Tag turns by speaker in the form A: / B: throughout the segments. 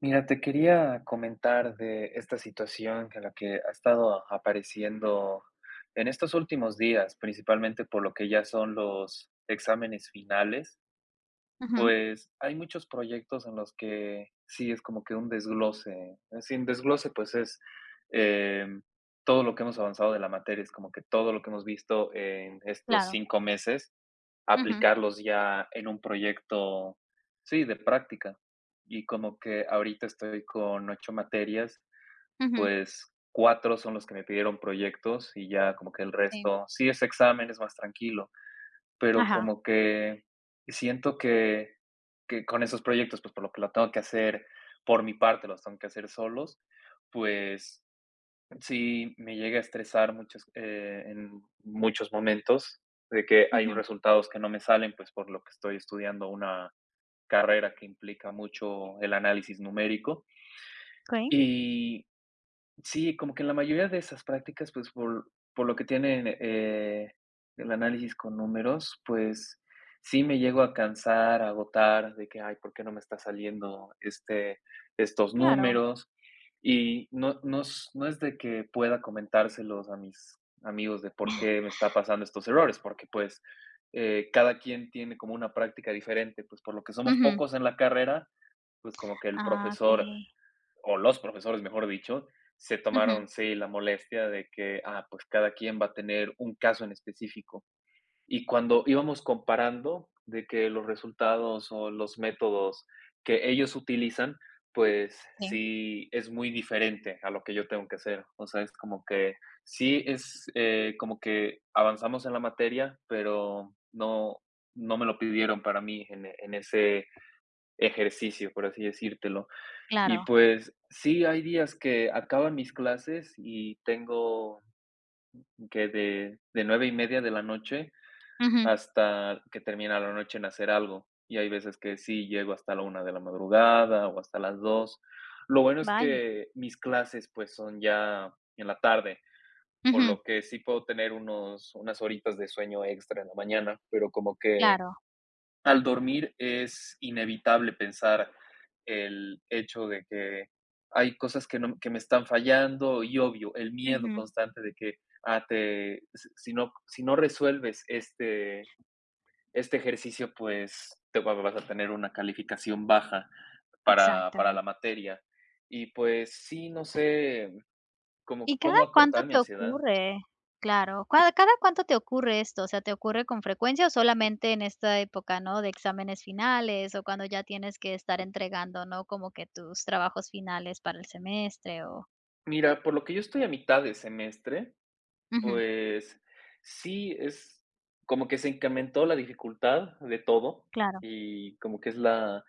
A: Mira, te quería comentar de esta situación que ha estado apareciendo en estos últimos días, principalmente por lo que ya son los exámenes finales.
B: Ujú,
A: Pues hay muchos proyectos en los que sí es como que un desglose. Sin desglose, pues es em, todo lo que hemos avanzado de la materia. Es como que todo lo que hemos visto en estos
B: claro.
A: 5 meses
B: Ujú,
A: aplicarlos ya en un proyecto, sí, de práctica. Y como que ahorita estoy con 8 materias,
B: ujú.
A: pues 4 son los que me pidieron proyectos y ya como que el
B: Sí.
A: resto, sí es examen, es más tranquilo, pero
B: Ajá.
A: como que siento que con esos proyectos, pues por lo que lo tengo que hacer por mi parte, los tengo que hacer solos, pues sí, me llega a estresar en muchos momentos, de que hay
B: Ujú.
A: resultados que no me salen, pues por lo que estoy estudiando una carrera que implica mucho el análisis numérico.
B: Okey,
A: Y sí, como que en la mayoría de esas prácticas, pues, por lo que tienen, el análisis con números, pues, sí me llego a cansar, a agotar de que: "Ay, ¿por qué no me está saliendo, estos
B: claro.
A: números?". Y no es de que pueda comentárselos a mis amigos de por qué me está pasando estos errores, porque, pues, cada quien tiene como una práctica diferente, pues, por lo que somos
B: Ujú.
A: pocos en la carrera, pues, como que el
B: Ah,
A: profesor,
B: okey.
A: o los profesores, mejor dicho, se
B: Ujú.
A: tomaron, sí, la molestia de que, pues cada quien va a tener un caso en específico. Y cuando íbamos comparando de que los resultados o los métodos que ellos utilizan, pues
B: Sí,
A: sí es muy diferente a lo que yo tengo que hacer. O sea, es como que sí es, como que avanzamos en la materia, pero no me lo pidieron para mí en ese ejercicio, por así decírtelo. Y
B: claro.
A: pues sí, hay días que acaban mis clases y tengo que de 9:30 de la noche
B: Ujú.
A: hasta que termina la noche en hacer algo. Y hay veces que sí llego hasta la una de la madrugada o hasta las dos. Lo bueno es
B: Vaya.
A: que mis clases pues son ya en la tarde, por
B: Ujú.
A: lo que sí puedo tener unas horitas de sueño extra en la mañana, pero como que
B: Claro.
A: al dormir es inevitable pensar el hecho de que hay cosas que, no, que me están fallando y, obvio, el miedo
B: Ujú.
A: constante de que, ah, te, si, si no, si no resuelves este ejercicio, pues vas a tener una calificación baja para,
B: Exacto.
A: para la materia. Y pues sí, no sé cómo,
B: ¿Y cada
A: cómo
B: cuánto
A: acortar mi
B: te
A: ansiedad.
B: ocurre? Claro. ¿Cada cuánto te ocurre esto? O sea, ¿te ocurre con frecuencia o solamente en esta época, no? De exámenes finales o cuando ya tienes que estar entregando, ¿no? Como que tus trabajos finales para el semestre o
A: Mira, por lo que yo estoy a mitad de semestre,
B: ujú.
A: pues sí, es como que se incrementó la dificultad de todo,
B: Claro,
A: y como que es la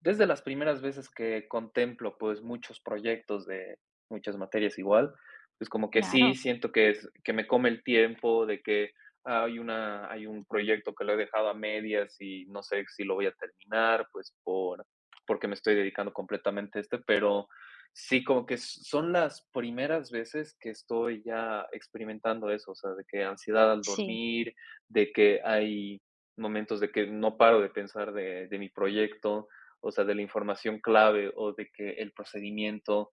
A: desde las primeras veces que contemplo, pues, muchos proyectos de muchas materias igual, pues como que sí
B: claro.
A: siento que es que me come el tiempo de que hay un proyecto que lo he dejado a medias y no sé si lo voy a terminar, pues, porque me estoy dedicando completamente a este. Pero sí, como que s son las primeras veces que estoy ya experimentando eso. O sea, de que ansiedad al
B: Sí.
A: dormir, de que hay momentos de que no paro de pensar de mi proyecto, o sea, de la información clave o de que el procedimiento.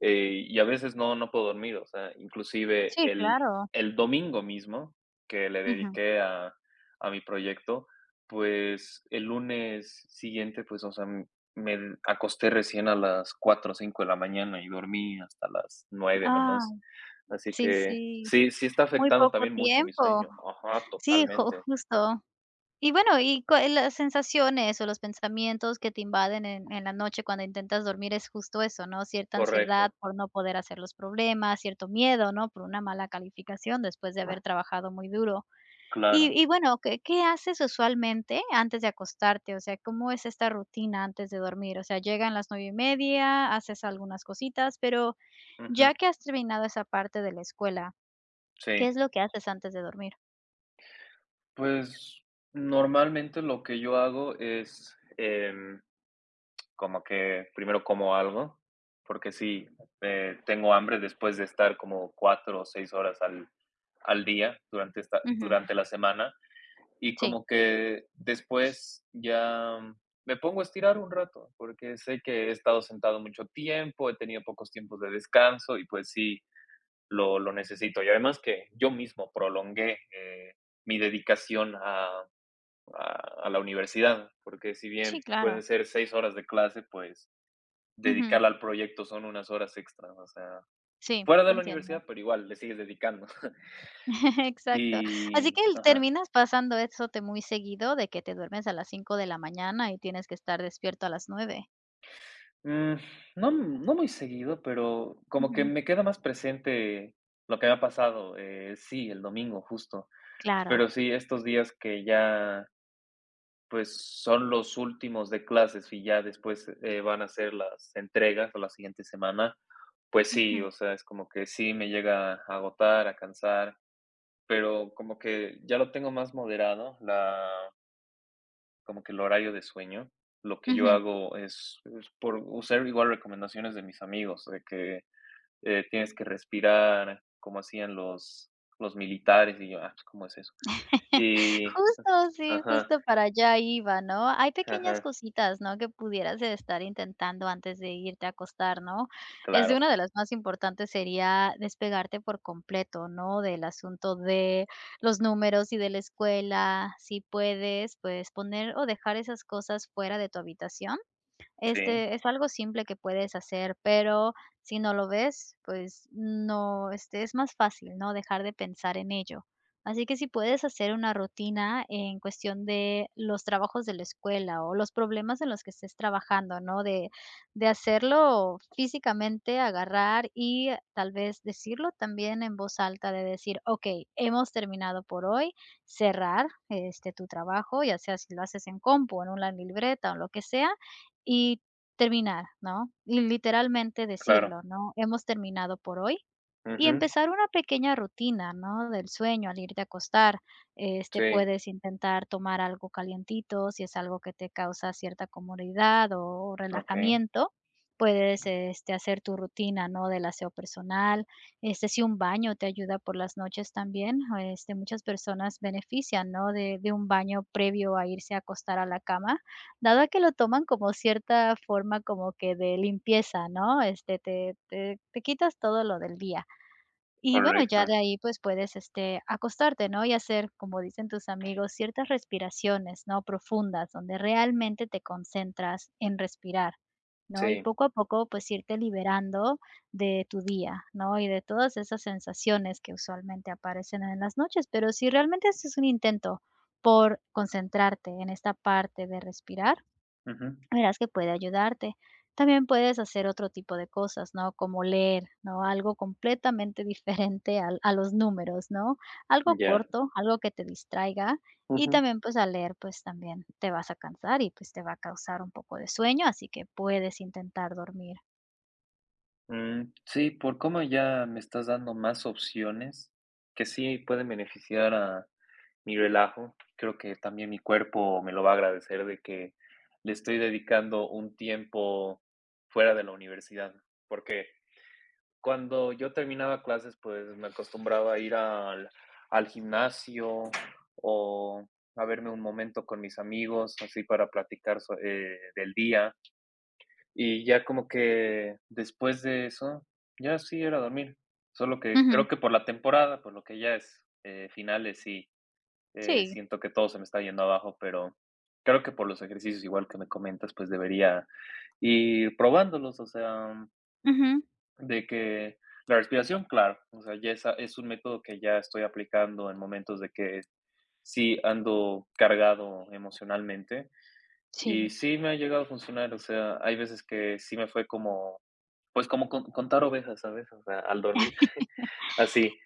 A: Y a veces no, no puedo dormir, o sea, inclusive
B: Sí,
A: el,
B: claro.
A: el domingo mismo, que le
B: Ujú.
A: dediqué a mi proyecto, pues el lunes siguiente, pues, o sea, me acosté recién a las cuatro o 5 de la mañana y dormí hasta las nueve
B: Ah,
A: nomás. Así
B: sí,
A: que
B: sí,
A: sí, sí está
B: muy
A: afectando
B: poco
A: también mucho mi
B: tiempo.
A: sueño. Ajá,
B: Sí, ju
A: totalmente.
B: justo. Y bueno, y cua las sensaciones o los pensamientos que te invaden en la noche cuando intentas dormir es justo eso, ¿no? Cierta ansiedad
A: Correcto,
B: por no poder hacer los problemas, cierto miedo, ¿no? Por una mala calificación después de haber trabajado muy duro. Y
A: claro.
B: y bueno, ¿qué haces usualmente antes de acostarte? O sea, ¿cómo es esta rutina antes de dormir? O sea, llegan las 9:30, haces algunas cositas, pero
A: Ujú,
B: ya que has terminado esa parte de la escuela.
A: sí.
B: ¿Qué es lo que haces antes de dormir?
A: Pues normalmente lo que yo hago es, como que primero como algo, porque sí, tengo hambre después de estar como 4 o 6 horas al día durante,
B: Ujú,
A: durante la semana, y
B: sí.
A: como que después ya me pongo a estirar un rato, porque sé que he estado sentado mucho tiempo, he tenido pocos tiempos de descanso y pues sí, lo necesito. Y además que yo mismo prolongué, mi dedicación a la universidad, porque si
B: Sí,
A: bien
B: claro.
A: pueden ser 6 horas de clase, pues
B: Ujú,
A: dedicarla al proyecto son unas horas extras. O sea,
B: sí,
A: fuera de la
B: entiendo.
A: universidad, pero igual le sigues dedicando.
B: Exacto. Así
A: Y
B: que el
A: ajá.
B: terminas pasando eso te muy seguido de que te duermes a las 5 de la mañana y tienes que estar despierto a las 9.
A: Mm, no muy seguido, pero como que
B: Ujú,
A: me queda más presente lo que me ha pasado, sí, el domingo justo.
B: claro.
A: Pero sí, estos días que ya, pues, son los últimos de clases y ya después, van a ser las entregas o la siguiente semana. Pues sí,
B: Ujú.
A: o sea, es como que sí me llega a agotar, a cansar. Pero como que ya lo tengo más moderado, la como que el horario de sueño. Lo que yo
B: Ujú.
A: hago es por usar igual recomendaciones de mis amigos, de que, tienes que respirar como hacían los militares, y yo: "Ah, pues, ¿cómo es eso?". Y
B: Justo, sí,
A: ajá,
B: justo para allá iba, ¿no? Hay pequeñas
A: ajá,
B: cositas, ¿no? Que pudieras estar intentando antes de irte a acostar, ¿no? Es de
A: claro,
B: una de las más importantes sería despegarte por completo, ¿no? Del asunto de los números y de la escuela. Si puedes, pues poner o dejar esas cosas fuera de tu habitación
A: sí,
B: es algo simple que puedes hacer, pero si no lo ves, pues no, es más fácil, ¿no? Dejar de pensar en ello. Así que si puedes hacer una rutina en cuestión de los trabajos de la escuela o los problemas en los que estés trabajando, ¿no? De hacerlo físicamente, agarrar y tal vez decirlo también en voz alta, de decir, ok, hemos terminado por hoy, cerrar este tu trabajo, ya sea si lo haces en compu, en una libreta o lo que sea, y terminar, ¿no? Y literalmente
A: claro.
B: decirlo, ¿no? Hemos terminado por hoy. Y
A: Ujú,
B: empezar una pequeña rutina, ¿no? Del sueño al irte a acostar.
A: sí,
B: Puedes intentar tomar algo calientito, si es algo que te causa cierta comodidad o
A: okey,
B: relajamiento. Puedes, hacer tu rutina, ¿no? Del aseo personal. Si un baño te ayuda por las noches también, muchas personas benefician, ¿no? De un baño previo a irse a acostar a la cama. Dado a que lo toman como cierta forma como que de limpieza, ¿no? Te quitas todo lo del día. Y bueno, ya
A: correcto,
B: de ahí, pues, puedes, acostarte, ¿no? Y hacer, como dicen tus amigos, ciertas respiraciones, ¿no? Profundas, donde realmente te concentras en respirar, ¿no? Y
A: sí,
B: poco a poco, pues, irte liberando de tu día, ¿no? Y de todas esas sensaciones que usualmente aparecen en las noches. Pero si realmente haces un intento por concentrarte en esta parte de respirar,
A: ujú,
B: verás que puede ayudarte. También puedes hacer otro tipo de cosas, ¿no? Como leer, ¿no? Algo completamente diferente a los números, ¿no? Algo
A: ya,
B: corto, algo que te distraiga. Y
A: ujú.
B: también pues al leer pues también te vas a cansar y pues te va a causar un poco de sueño, así que puedes intentar dormir.
A: Sí, por cómo ya me estás dando más opciones que sí pueden beneficiar a mi relajo. Creo que también mi cuerpo me lo va a agradecer de que le estoy dedicando un tiempo fuera de la universidad, porque cuando yo terminaba clases, pues me acostumbraba a ir al gimnasio o a verme un momento con mis amigos, así para platicar, del día, y ya como que después de eso, ya sí era dormir. Solo que
B: Ujú,
A: creo que por la temporada, por lo que ya es, finales, sí,
B: sí,
A: siento que todo se me está yendo abajo. Pero creo que por los ejercicios, igual que me comentas, pues debería ir probándolos, o sea,
B: ujú,
A: de que la respiración, claro. O sea, ya esa es un método que ya estoy aplicando en momentos de que sí ando cargado emocionalmente y
B: sí.
A: sí me ha llegado a funcionar. O sea, hay veces que sí me fue como, pues, como con contar ovejas, ¿sabes? O sea, al dormir, así.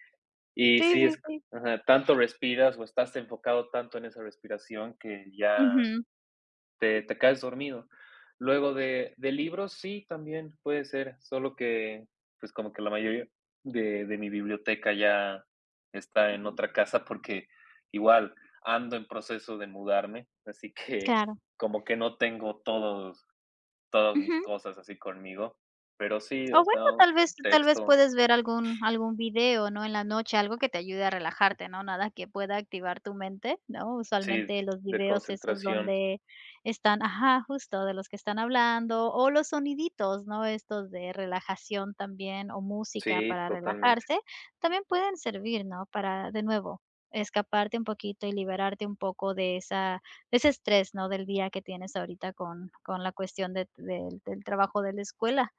A: Y
B: Sí,
A: sí
B: sí,
A: es,
B: sí.
A: ajá, tanto respiras o estás enfocado tanto en esa respiración que ya
B: Ujú,
A: te caes dormido. Luego de libros, sí, también puede ser. Solo que, pues, como que la mayoría de mi biblioteca ya está en otra casa, porque igual ando en proceso de mudarme, así que
B: claro.
A: como que no tengo todos todas
B: Ujú.
A: mis cosas así conmigo, pero sí,
B: O
A: o
B: bueno,
A: sea,
B: tal vez
A: texto,
B: puedes ver algún video, ¿no?, en la noche, algo que te ayude a relajarte, ¿no?, nada que pueda activar tu mente, ¿no?
A: sí,
B: Usualmente los
A: de
B: videos esos
A: concentración.
B: donde están ajá, justo, de los que están hablando, o los soniditos, ¿no?, estos de relajación también, o música
A: Sí,
B: para
A: totalmente.
B: relajarse, también pueden servir, ¿no?, para, de nuevo, escaparte un poquito y liberarte un poco de ese estrés, ¿no?, del día que tienes ahorita con la cuestión de del del trabajo de la escuela.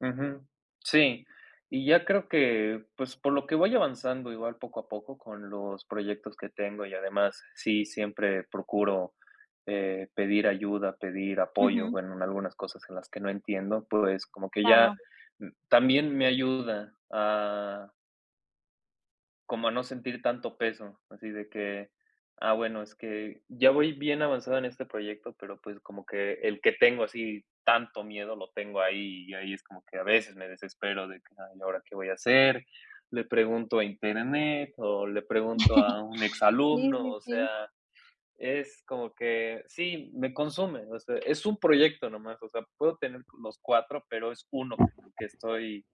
A: Ujú. Sí, y ya creo que, pues, por lo que voy avanzando igual poco a poco con los proyectos que tengo, y además, sí, siempre procuro, pedir ayuda, pedir apoyo,
B: Ujú.
A: bueno, en algunas cosas en las que no entiendo, pues, como que ya,
B: Claro.
A: también me ayuda a como a no sentir tanto peso, así de que, bueno, es que ya voy bien avanzado en este proyecto, pero, pues, como que el que tengo así tanto miedo lo tengo ahí, y ahí es como que a veces me desespero de que, ay, ¿ahora qué voy a hacer? Le pregunto a internet o le pregunto a un
B: Sí,
A: exalumno.
B: sí,
A: O
B: sí.
A: sea, es como que sí, me consume. O sea, es un proyecto nomás, o sea, puedo tener los cuatro, pero es uno con el que estoy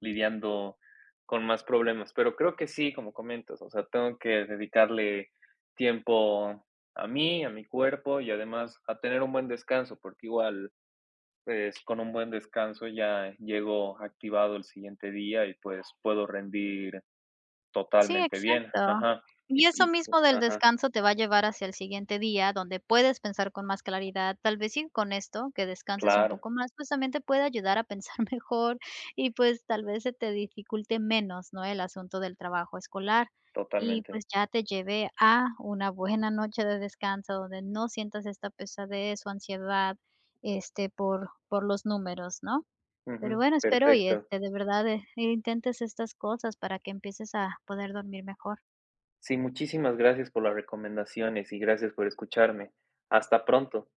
A: lidiando con más problemas. Pero creo que sí, como comentas, o sea, tengo que dedicarle tiempo a mí, a mi cuerpo, y además a tener un buen descanso, porque igual, pues, con un buen descanso ya llego activado el siguiente día y, pues, puedo rendir
B: Sí,
A: totalmente bien.
B: exacto.
A: Ajá, y
B: Y eso
A: y
B: mismo del
A: ajá,
B: descanso te va a llevar hacia el siguiente día, donde puedes pensar con más claridad. Tal vez sí con esto, que descanses un
A: claro,
B: poco más, pues también te puede ayudar a pensar mejor y pues tal vez se te dificulte menos, ¿no? El asunto del trabajo escolar. Y
A: totalmente.
B: pues ya te lleve a una buena noche de descanso donde no sientas esta pesadez o ansiedad, por los números, ¿no? Pero
A: Ujú,
B: bueno, espero y,
A: perfecto.
B: de verdad, intentes estas cosas para que empieces a poder dormir mejor.
A: Sí, muchísimas gracias por las recomendaciones y gracias por escucharme. Hasta pronto.